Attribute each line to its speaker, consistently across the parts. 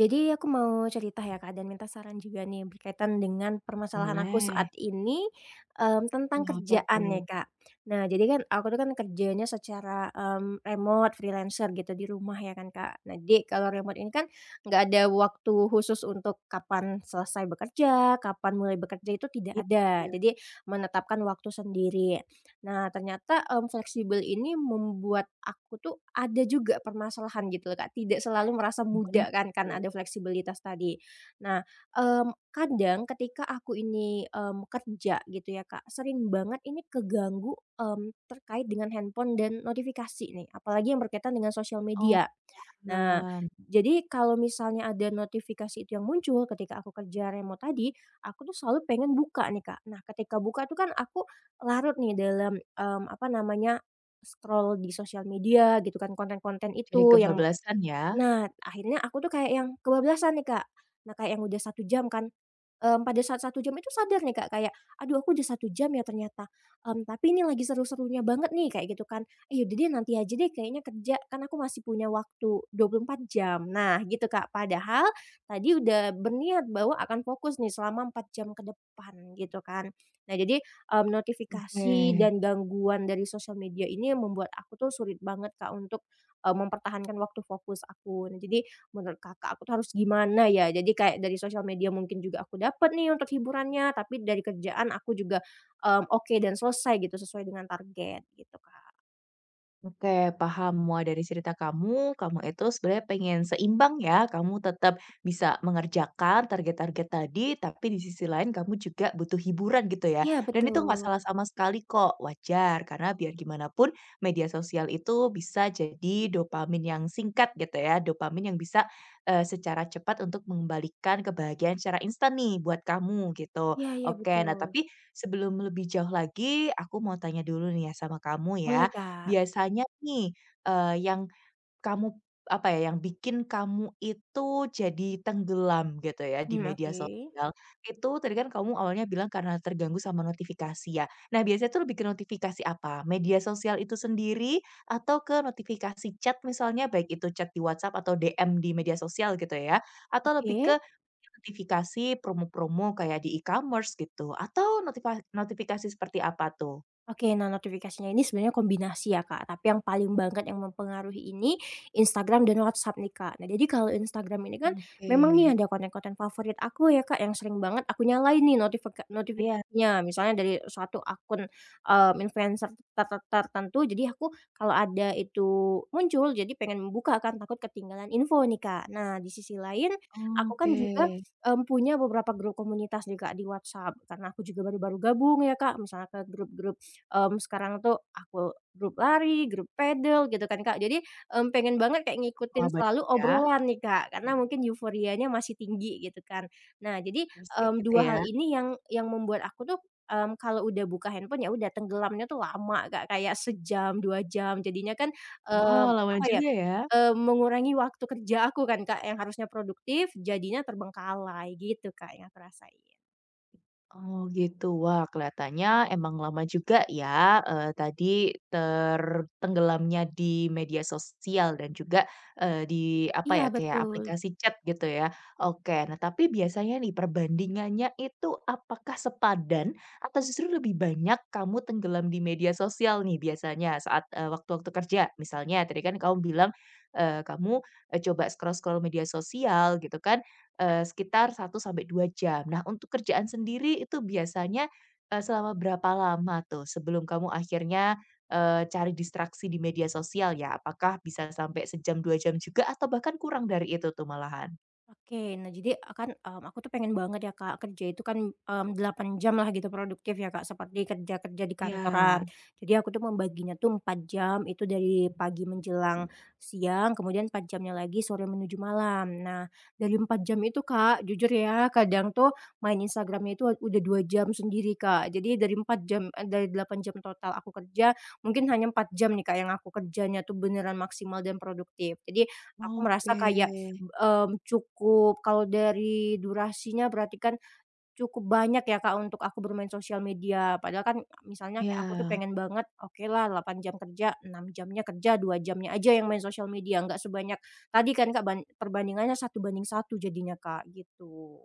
Speaker 1: Jadi aku mau cerita ya Kak, dan minta saran juga nih berkaitan dengan permasalahan aku
Speaker 2: Boleh.
Speaker 1: saat ini, tentang
Speaker 2: Wah, apa
Speaker 1: kerjaan
Speaker 2: tuh?
Speaker 1: ya Kak. Nah jadi kan aku tuh kan kerjanya secara, remote, freelancer gitu di rumah ya kan Kak. Nah jadi kalau remote ini kan nggak ada waktu khusus untuk kapan selesai bekerja, kapan mulai bekerja itu tidak ada.
Speaker 2: Iya,
Speaker 1: Jadi menetapkan waktu sendiri. Nah, ternyata, fleksibel ini membuat aku tuh ada juga permasalahan gitu loh, Kak, tidak selalu merasa muda
Speaker 2: kenapa
Speaker 1: kan
Speaker 2: tuh?
Speaker 1: ada fleksibilitas tadi. Nah, kadang ketika aku ini, kerja gitu ya, Kak, sering banget ini keganggu, terkait dengan handphone dan notifikasi nih, apalagi yang berkaitan dengan sosial
Speaker 2: Oh,
Speaker 1: media. Nah,
Speaker 2: paham.
Speaker 1: jadi kalau misalnya ada notifikasi itu yang muncul ketika aku kerja remote tadi, aku tuh selalu pengen buka nih, Kak. Nah, ketika buka tuh kan aku larut nih dalam, apa namanya, scroll di sosial media gitu kan, konten-konten
Speaker 2: Jadi
Speaker 1: itu yang.
Speaker 2: kebablasan ya?
Speaker 1: Nah, akhirnya aku tuh kayak yang kebablasan nih, Kak. Nah, kayak yang udah 1 jam kan, pada saat 1 jam itu sadar nih, Kak, kayak, "Aduh aku udah 1 jam ya ternyata, tapi ini lagi seru-serunya banget nih," kayak gitu kan. "Eh, yaudah deh nanti aja deh kayaknya kerja, kan aku masih punya waktu 24 jam." Nah, gitu, Kak. Padahal tadi udah berniat bahwa akan fokus nih selama 4 jam ke depan gitu kan. Nah, jadi,
Speaker 2: Oke.
Speaker 1: notifikasi dan gangguan dari sosial media ini membuat aku tuh sulit banget, Kak, untuk mempertahankan waktu fokus aku. Nah, jadi menurut Kakak aku tuh harus gimana ya? Jadi kayak dari sosial media mungkin juga aku dapat nih untuk hiburannya, tapi dari kerjaan aku juga, oke dan selesai gitu sesuai dengan target gitu, Kak.
Speaker 2: Oke, paham. Wah, dari cerita kamu, kamu itu sebenarnya pengen seimbang ya. Kamu tetap bisa mengerjakan target-target tadi, tapi di sisi lain kamu juga butuh hiburan gitu ya.
Speaker 1: Iya
Speaker 2: Dan itu nggak
Speaker 1: betul.
Speaker 2: salah sama sekali kok, wajar. Karena biar gimana pun media sosial itu bisa jadi dopamin yang singkat gitu ya. Dopamin yang bisa secara cepat untuk mengembalikan kebahagiaan secara instan nih buat kamu gitu.
Speaker 1: Iya iya
Speaker 2: Oke, nah
Speaker 1: betul.
Speaker 2: tapi sebelum lebih jauh lagi, aku mau tanya dulu nih ya sama kamu
Speaker 1: Boleh,
Speaker 2: ya.
Speaker 1: Kak.
Speaker 2: Biasanya nih, yang kamu apa ya, yang bikin kamu itu jadi tenggelam gitu ya di
Speaker 1: Hmm,
Speaker 2: media
Speaker 1: oke.
Speaker 2: sosial, itu tadi kan kamu awalnya bilang karena terganggu sama notifikasi ya. Nah, biasanya tuh lebih ke notifikasi apa? Media sosial itu sendiri atau ke notifikasi chat misalnya, baik itu chat di WhatsApp atau DM di media sosial gitu ya? Atau lebih ke
Speaker 1: Oke.
Speaker 2: notifikasi promo-promo kayak di e-commerce gitu, atau notifikasi seperti apa tuh?
Speaker 1: Oke, nah notifikasinya ini sebenarnya kombinasi ya Kak, tapi yang paling banget yang mempengaruhi ini, Instagram dan WhatsApp nih Kak. Nah jadi kalau Instagram ini kan,
Speaker 2: Oke.
Speaker 1: memang nih ada konten-konten favorit aku ya Kak, yang sering banget aku nyalain nih notifika
Speaker 2: Iya.
Speaker 1: notifikasinya. Misalnya dari suatu akun, influencer ter ter tertentu, jadi aku kalau ada itu muncul, jadi pengen membuka kan, takut ketinggalan info nih Kak. Nah di sisi lain, aku kan juga,
Speaker 2: Oke.
Speaker 1: punya beberapa grup komunitas nih Kak di WhatsApp, karena aku juga baru-baru gabung ya Kak, misalnya ke grup-grup. Sekarang tuh aku grup lari, grup pedal, gitu kan, Kak. Jadi, pengen banget kayak ngikutin
Speaker 2: Wah, banyak
Speaker 1: selalu
Speaker 2: ya,
Speaker 1: obrolan nih, Kak, karena mungkin euforianya masih tinggi gitu kan. Nah jadi,
Speaker 2: asik gitu
Speaker 1: 2
Speaker 2: ya.
Speaker 1: hal ini yang membuat aku tuh, kalau udah buka handphone ya udah tenggelamnya tuh lama, Kak, kayak sejam, 2 jam. Jadinya kan,
Speaker 2: Wah, lama
Speaker 1: apa ya,
Speaker 2: juga ya.
Speaker 1: mengurangi waktu kerja aku kan, Kak, yang harusnya produktif jadinya terbengkalai gitu, Kak, yang aku rasain.
Speaker 2: Oh gitu. Wah, kelihatannya emang lama juga ya, tadi tertenggelamnya di media sosial dan juga, di apa ya,
Speaker 1: Iya
Speaker 2: kayak
Speaker 1: betul.
Speaker 2: aplikasi chat gitu ya. Oke, nah tapi biasanya nih perbandingannya itu apakah sepadan atau justru lebih banyak kamu tenggelam di media sosial nih biasanya saat, waktu-waktu kerja? Misalnya tadi kan kamu bilang, kamu, coba scroll-scroll media sosial gitu kan. Sekitar 1 sampai 2 jam. Nah, untuk kerjaan sendiri itu biasanya, selama berapa lama tuh sebelum kamu akhirnya, cari distraksi di media sosial ya? Apakah bisa sampai sejam, 2 jam juga atau bahkan kurang dari itu tuh malahan?
Speaker 1: Oke, nah jadi, akan kan, aku tuh pengen banget ya Kak, kerja itu kan, 8 jam lah gitu produktif ya Kak, seperti kerja-kerja di kantoran.
Speaker 2: Ya,
Speaker 1: Jadi aku tuh membaginya tuh 4 jam, itu dari pagi menjelang siang, kemudian 4 jamnya lagi sore menuju malam. Nah, dari 4 jam itu Kak, jujur ya, kadang tuh main Instagramnya itu udah 2 jam sendiri Kak. Jadi dari 4 jam dari 8 jam total aku kerja, mungkin hanya 4 jam nih Kak, yang aku kerjanya tuh beneran maksimal dan produktif. Jadi aku merasa
Speaker 2: oke.
Speaker 1: kayak cukup kalau dari durasinya berarti kan cukup banyak ya, Kak, untuk aku bermain sosial media. Padahal kan misalnya kayak aku tuh
Speaker 2: Ya.
Speaker 1: pengen banget, oke lah 8 jam kerja, 6 jamnya kerja, 2 jamnya aja yang main sosial media, nggak sebanyak tadi kan, Kak, perbandingannya satu banding satu jadinya, Kak, gitu.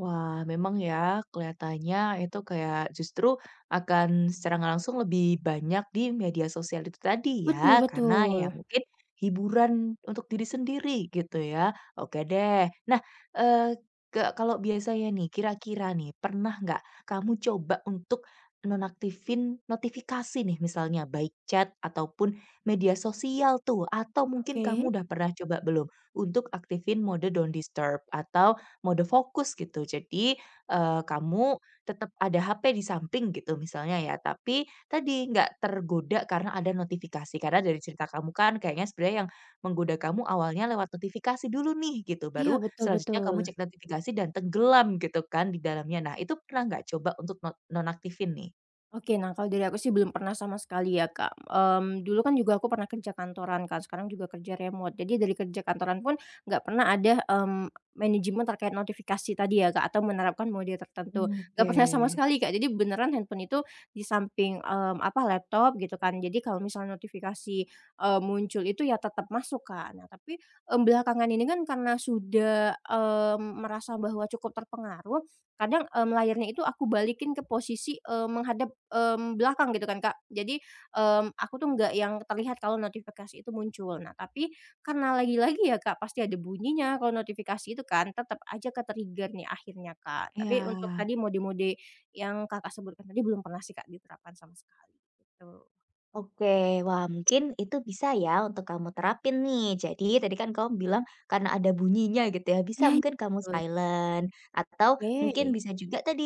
Speaker 2: Wah, memang ya kelihatannya itu kayak justru akan secara nggak langsung lebih banyak di media sosial itu tadi
Speaker 1: Betul
Speaker 2: ya, karena ya
Speaker 1: betul.
Speaker 2: mungkin hiburan untuk diri sendiri gitu ya. Oke deh. Nah, eee, ke kalau biasanya nih kira-kira nih pernah nggak kamu coba untuk nonaktifin notifikasi nih misalnya baik chat ataupun media sosial tuh, atau mungkin
Speaker 1: Oke.
Speaker 2: kamu udah pernah coba belum untuk aktifin mode don't disturb atau mode fokus gitu. Jadi, kamu tetap ada HP di samping gitu misalnya ya, tapi tadi nggak tergoda karena ada notifikasi. Karena dari cerita kamu kan kayaknya sebenarnya yang menggoda kamu awalnya lewat notifikasi dulu nih gitu,
Speaker 1: Iya,
Speaker 2: baru
Speaker 1: betul
Speaker 2: selanjutnya
Speaker 1: betul.
Speaker 2: kamu cek notifikasi dan tenggelam gitu kan di dalamnya. Nah itu pernah nggak coba untuk no nonaktifin nih?
Speaker 1: Oke, nah kalau dari aku sih belum pernah sama sekali ya, Kak. Dulu kan juga aku pernah kerja kantoran kan, sekarang juga kerja remote. Jadi dari kerja kantoran pun nggak pernah ada, manajemen terkait notifikasi tadi ya, Kak, atau menerapkan mode tertentu.
Speaker 2: Mmm,
Speaker 1: Nggak
Speaker 2: oke,
Speaker 1: pernah sama sekali, Kak. Jadi beneran handphone itu di samping, apa, laptop gitu kan. Jadi kalau misalnya notifikasi, muncul itu ya tetap masuk, Kak. Nah tapi, belakangan ini kan karena sudah, merasa bahwa cukup terpengaruh. Kadang, layarnya itu aku balikin ke posisi, menghadap, belakang gitu kan, Kak. Jadi, aku tuh nggak yang terlihat kalau notifikasi itu muncul. Nah, tapi karena lagi-lagi ya, Kak, pasti ada bunyinya kalau notifikasi itu kan, tetap aja ke-trigger nih akhirnya, Kak. Tapi untuk
Speaker 2: iya.
Speaker 1: tadi mode-mode yang Kakak sebutkan tadi belum pernah sih, Kak, diterapkan sama sekali, gitu.
Speaker 2: Oke, wah mungkin itu bisa ya untuk kamu terapin nih. Jadi tadi kan kamu bilang karena ada bunyinya gitu ya, bisa
Speaker 1: Iya iya,
Speaker 2: mungkin kamu
Speaker 1: betul.
Speaker 2: silent atau mungkin
Speaker 1: Oke,
Speaker 2: bisa juga tadi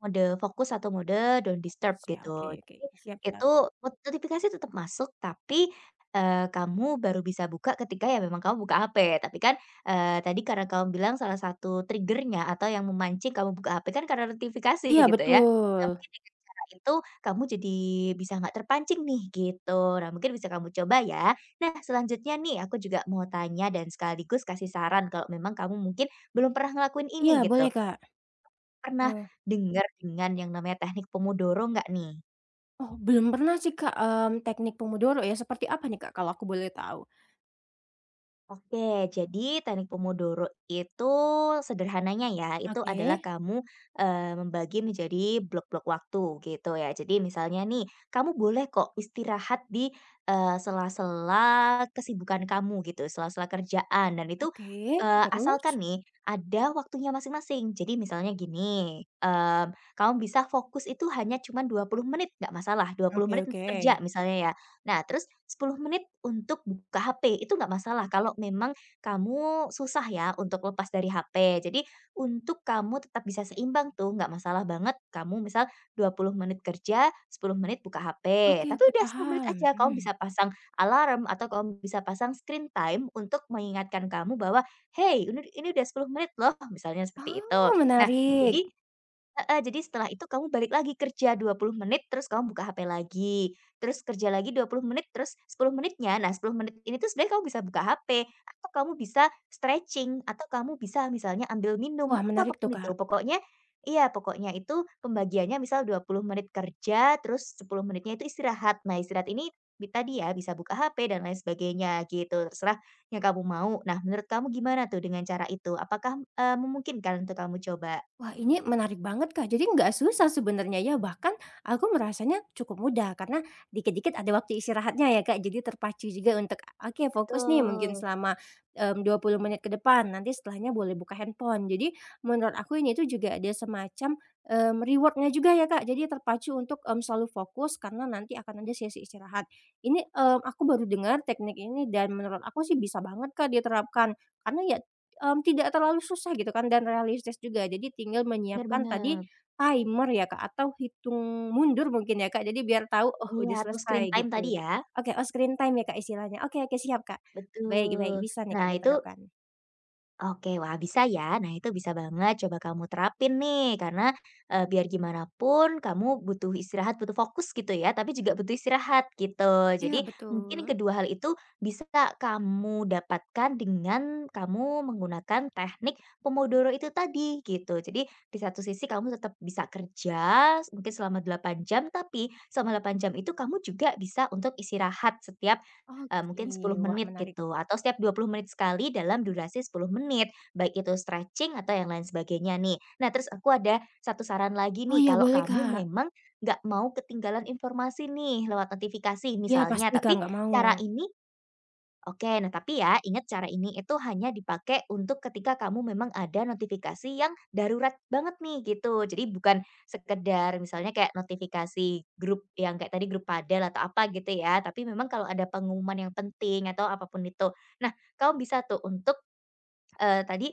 Speaker 2: mode fokus atau mode don't disturb
Speaker 1: fokus ya,
Speaker 2: gitu.
Speaker 1: oke oke,
Speaker 2: Jadi
Speaker 1: siap
Speaker 2: itu
Speaker 1: siap.
Speaker 2: not notifikasi tetap masuk tapi, kamu baru bisa buka ketika ya memang kamu buka HP. Tapi kan, tadi karena kamu bilang salah satu triggernya atau yang memancing kamu buka HP kan karena notifikasi
Speaker 1: Iya,
Speaker 2: gitu ya. Nah
Speaker 1: betul.
Speaker 2: mungkin dengan cara itu kamu jadi bisa nggak terpancing nih gitu. Nah mungkin bisa kamu coba ya. Nah selanjutnya nih aku juga mau tanya dan sekaligus kasih saran kalau memang kamu mungkin belum pernah ngelakuin
Speaker 1: Iya,
Speaker 2: ini gitu.
Speaker 1: boleh, Kak.
Speaker 2: Pernah
Speaker 1: Heeh.
Speaker 2: dengar dengan yang namanya teknik Pomodoro nggak nih?
Speaker 1: Oh, belum pernah sih, Kak, teknik pomodoro ya, seperti apa nih, Kak, kalau aku boleh tahu?
Speaker 2: Oke, jadi teknik Pomodoro itu sederhananya ya, itu
Speaker 1: Oke
Speaker 2: adalah kamu, membagi menjadi blok-blok waktu gitu ya. Jadi misalnya nih, kamu boleh kok istirahat di, sela-sela kesibukan kamu gitu, sela-sela kerjaan dan itu,
Speaker 1: oke. Terus?
Speaker 2: asalkan nih ada waktunya masing-masing. Jadi misalnya gini, kamu bisa fokus itu hanya cuma 20 menit, nggak masalah. Dua puluh
Speaker 1: Oke
Speaker 2: menit untuk
Speaker 1: oke.
Speaker 2: kerja misalnya ya. Nah terus 10 menit untuk buka HP, itu nggak masalah kalau memang kamu susah ya untuk lepas dari HP. Jadi untuk kamu tetap bisa seimbang tuh, nggak masalah banget kamu misal 20 menit kerja, 10 menit buka HP.
Speaker 1: Oke
Speaker 2: Tapi
Speaker 1: oke,
Speaker 2: udah 10 menit
Speaker 1: paham,
Speaker 2: aja kamu
Speaker 1: mhm.
Speaker 2: bisa pasang alarm atau kamu bisa pasang screen time untuk mengingatkan kamu bahwa, "Hey, ini udah 10 menit loh," misalnya seperti itu.
Speaker 1: Oh,
Speaker 2: Nah, jadi.
Speaker 1: menarik.
Speaker 2: Heeh, jadi setelah itu kamu balik lagi kerja 20 menit, terus kamu buka HP lagi, terus kerja lagi 20 menit, terus 10 menitnya, nah 10 menit ini tuh sebenarnya kamu bisa buka HP, atau kamu bisa stretching, atau kamu bisa misalnya ambil minum,
Speaker 1: Wah,
Speaker 2: atau
Speaker 1: menarik tuh,
Speaker 2: apapun itu.
Speaker 1: Kak.
Speaker 2: Pokoknya iya, pokoknya itu pembagiannya misal 20 menit kerja, terus 10 menitnya itu istirahat. Nah, istirahat ini tadi ya, bisa buka HP dan lain sebagainya gitu, terserah yang kamu mau. Nah, menurut kamu gimana tuh dengan cara itu? Apakah, memungkinkan untuk kamu coba?
Speaker 1: Wah, ini menarik banget, Kak. Jadi nggak susah sebenarnya ya, bahkan aku merasanya cukup mudah karena dikit-dikit ada waktu istirahatnya ya, Kak. Jadi terpacu juga untuk, oke fokus nih mungkin
Speaker 2: Betul.
Speaker 1: selama, 20 menit ke depan, nanti setelahnya boleh buka handphone. Jadi menurut aku ini tuh juga ada semacam, reward juga ya, Kak. Jadi terpacu untuk, selalu fokus karena nanti akan ada sesi istirahat. Ini, aku baru dengar teknik ini dan menurut aku sih bisa banget, Kak, diterapkan. Karena ya, tidak terlalu susah gitu kan dan realistis juga. Jadi tinggal
Speaker 2: Bener
Speaker 1: menyiapkan tadi
Speaker 2: banget.
Speaker 1: timer ya, Kak, atau hitung mundur mungkin ya, Kak, jadi biar tahu, oh
Speaker 2: Iya,
Speaker 1: udah
Speaker 2: atau
Speaker 1: selesai
Speaker 2: screen time tadi
Speaker 1: gitu.
Speaker 2: ya?
Speaker 1: Oke, oh screen time ya, Kak, istilahnya. Oke oke siap, Kak. Baik baik,
Speaker 2: Betul.
Speaker 1: bisa nih, Kak,
Speaker 2: Nah, itu.
Speaker 1: diterapkan.
Speaker 2: Oke, wah bisa ya. Nah, itu bisa banget coba kamu terapin nih karena, biar gimana pun kamu butuh istirahat, butuh fokus gitu ya, tapi juga butuh istirahat gitu.
Speaker 1: Iya
Speaker 2: Jadi mungkin
Speaker 1: betul.
Speaker 2: kedua hal itu bisa kamu dapatkan dengan kamu menggunakan teknik Pomodoro itu tadi gitu. Jadi di satu sisi kamu tetap bisa kerja mungkin selama 8 jam, tapi selama 8 jam itu kamu juga bisa untuk istirahat setiap
Speaker 1: Oke,
Speaker 2: mungkin sepuluh
Speaker 1: wah
Speaker 2: menit
Speaker 1: menarik.
Speaker 2: gitu atau setiap 20 menit sekali dalam durasi 10 menit, baik itu stretching atau yang lain sebagainya nih. Nah terus aku ada satu saran lagi
Speaker 1: Oh
Speaker 2: nih
Speaker 1: iya
Speaker 2: kalau
Speaker 1: boleh,
Speaker 2: kamu
Speaker 1: Kak.
Speaker 2: memang nggak mau ketinggalan informasi nih lewat notifikasi
Speaker 1: Iya
Speaker 2: misalnya,
Speaker 1: pasti, Kak,
Speaker 2: tapi
Speaker 1: nggak mau.
Speaker 2: cara ini. Oke, nah tapi ya ingat cara ini itu hanya dipakai untuk ketika kamu memang ada notifikasi yang darurat banget nih gitu. Jadi bukan sekedar misalnya kayak notifikasi grup yang kayak tadi grup padel atau apa gitu ya. Tapi memang kalau ada pengumuman yang penting atau apapun itu. Nah, kamu bisa tuh untuk tadi,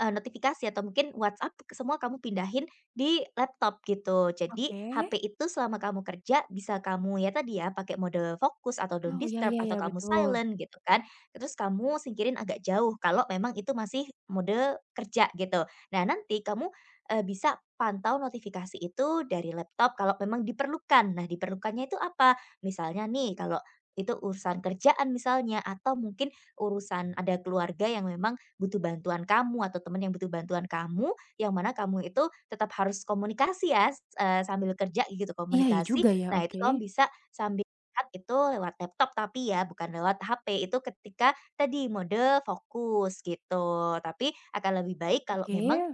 Speaker 2: notifikasi atau mungkin WhatsApp semua kamu pindahin di laptop gitu. Jadi
Speaker 1: Oke.
Speaker 2: HP itu selama kamu kerja bisa kamu ya tadi ya pakai mode fokus atau don't
Speaker 1: Oh ya
Speaker 2: disturb
Speaker 1: ya
Speaker 2: atau
Speaker 1: ya,
Speaker 2: kamu
Speaker 1: betul.
Speaker 2: silent gitu kan. Terus kamu singkirin agak jauh kalau memang itu masih mode kerja gitu. Nah nanti kamu, bisa pantau notifikasi itu dari laptop kalau memang diperlukan. Nah diperlukannya itu apa? Misalnya nih kalau itu urusan kerjaan misalnya atau mungkin urusan ada keluarga yang memang butuh bantuan kamu atau teman yang butuh bantuan kamu, yang mana kamu itu tetap harus komunikasi ya, sambil kerja gitu
Speaker 1: Iya ya
Speaker 2: komunikasi.
Speaker 1: juga ya,
Speaker 2: Nah, itu
Speaker 1: oke.
Speaker 2: kamu bisa sambil lihat itu lewat laptop tapi ya, bukan lewat HP, itu ketika tadi mode fokus gitu. Tapi akan lebih baik kalau
Speaker 1: Oke.
Speaker 2: memang,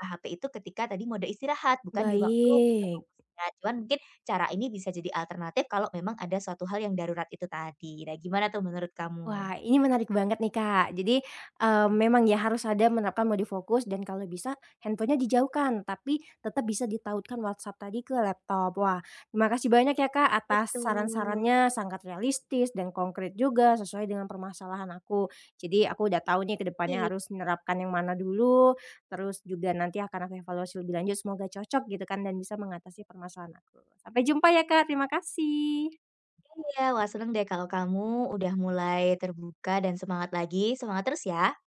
Speaker 2: HP itu ketika tadi mode istirahat, bukan di waktu mode
Speaker 1: Baik.
Speaker 2: kerja. Cuman mungkin cara ini bisa jadi alternatif kalau memang ada suatu hal yang darurat itu tadi. Nah, gimana tuh menurut kamu?
Speaker 1: Wah, ini menarik banget nih, Kak. Jadi, memang ya harus ada menerapkan mode fokus dan kalau bisa handphonenya dijauhkan, tapi tetap bisa ditautkan WhatsApp tadi ke laptop. Wah, terima kasih banyak ya, Kak, atas
Speaker 2: Betul,
Speaker 1: saran-sarannya sangat realistis dan konkret juga sesuai dengan permasalahan aku. Jadi aku udah tahu nih ke depannya
Speaker 2: iya.
Speaker 1: harus menerapkan yang mana dulu, terus juga nanti akan aku evaluasi lebih lanjut semoga cocok gitu kan dan bisa mengatasi permasalahan aku. Sampai jumpa ya, Kak, terima kasih.
Speaker 2: Iya, wah seneng deh kalau kamu udah mulai terbuka dan semangat lagi, semangat terus ya.